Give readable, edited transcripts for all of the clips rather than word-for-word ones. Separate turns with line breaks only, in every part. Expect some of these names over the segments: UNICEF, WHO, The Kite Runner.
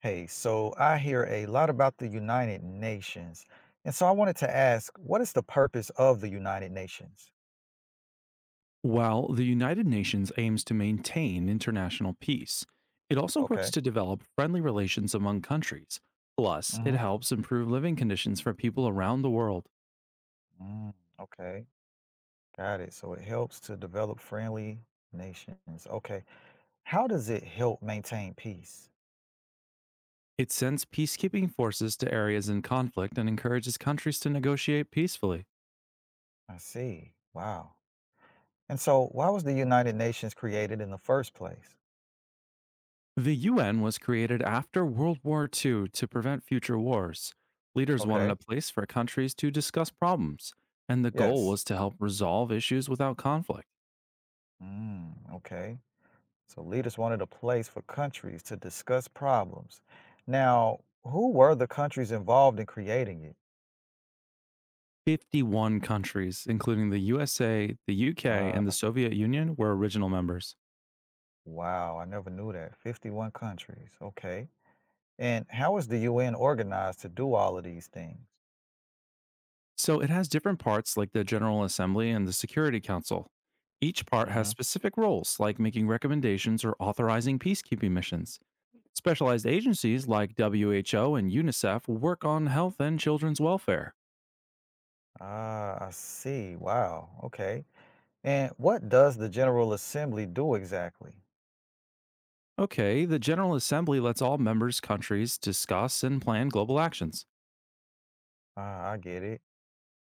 Hey, so I hear a lot about the United Nations. And so I wanted to ask, what is the purpose of the United Nations?
While the United Nations aims to maintain international peace, it also works
Okay.
to develop friendly relations among countries. Plus, it
Hmm.
helps improve living conditions for people around the world.
Mm, okay. Got it. So it helps to develop friendly nations. Okay. How does it help maintain peace?
It sends peacekeeping forces to areas in conflict and encourages countries to negotiate peacefully.
I see. Wow. And so why was the United Nations created in the first place?
The UN was created after World War II to prevent future wars. Leaders wanted
Okay.
a place for countries to discuss problems, and the goal
Yes.
was to help resolve issues without conflict.
Mm, okay. So leaders wanted a place for countries to discuss problems. Now, who were the countries involved in creating it?
51 countries, including the USA, the UK,
Uh,
and the Soviet Union, were original members.
wow, I never knew that. 51 countries. Okay. And how is the UN organized to do all of these things?
So it has different parts like the General Assembly and the Security Council. Each part has
Hmm.
specific roles like making recommendations or authorizing peacekeeping missions. Specialized agencies like WHO and UNICEF work on health and children's welfare.
Ah, I see. Wow. Okay. And what does the General Assembly do exactly?
Okay, the General Assembly lets all members' countries discuss and plan global actions.
Ah, I get it.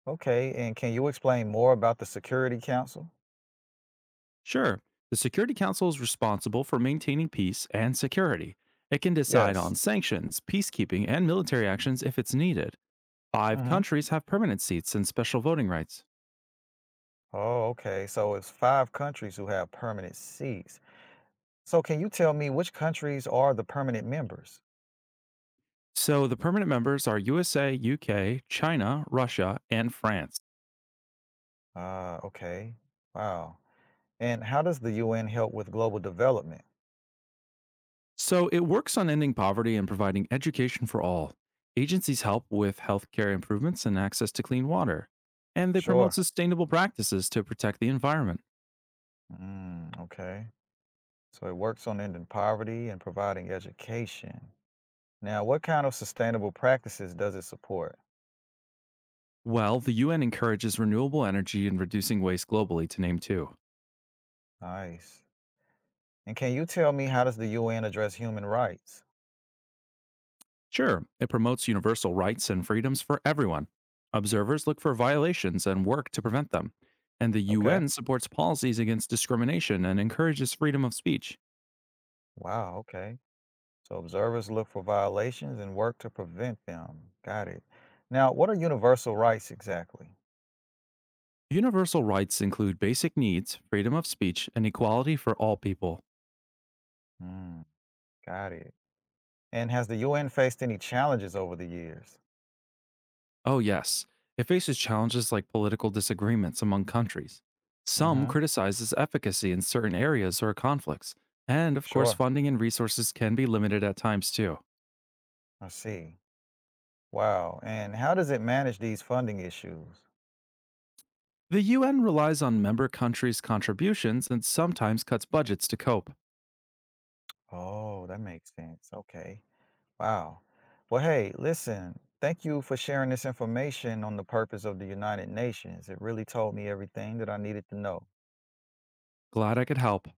Okay. And can you explain more about the Security Council?
Sure, the Security Council is responsible for maintaining peace and security. It can decide
Yes.
on sanctions, peacekeeping, and military actions if it's needed. Five
Hmm.
countries have permanent seats and special voting rights.
Oh, okay. So it's five countries who have permanent seats. So can you tell me which countries are the permanent members?
So the permanent members are USA, UK, China, Russia, and France.
Ah, okay. Wow. And how does the UN help with global development?
So it works on ending poverty and providing education for all. Agencies help with healthcare improvements and access to clean water. And they promote
Sure.
sustainable practices to protect the environment.
Mm, okay. So it works on ending poverty and providing education. Now, what kind of sustainable practices does it support?
Well, the UN encourages renewable energy and reducing waste globally, to name two.
Nice. And can you tell me how does the UN address human rights?
Sure, it promotes universal rights and freedoms for everyone. Observers look for violations and work to prevent them. And the
Okay.
UN supports policies against discrimination and encourages freedom of speech.
Wow, okay. So observers look for violations and work to prevent them. Got it. Now, what are universal rights exactly?
Universal rights include basic needs, freedom of speech, and equality for all people.
Mm, got it. And has the UN faced any challenges over the years?
Oh, yes. It faces challenges like political disagreements among countries. Some
Hmm.
criticize its efficacy in certain areas or conflicts. And of course,
Sure.
funding and resources can be limited at times too.
I see. Wow. And how does it manage these funding issues?
The UN relies on member countries' contributions and sometimes cuts budgets to cope.
Oh, that makes sense. Okay. Wow. Well, hey, listen, thank you for sharing this information on the purpose of the United Nations. It really told me everything that I needed to know.
Glad I could help.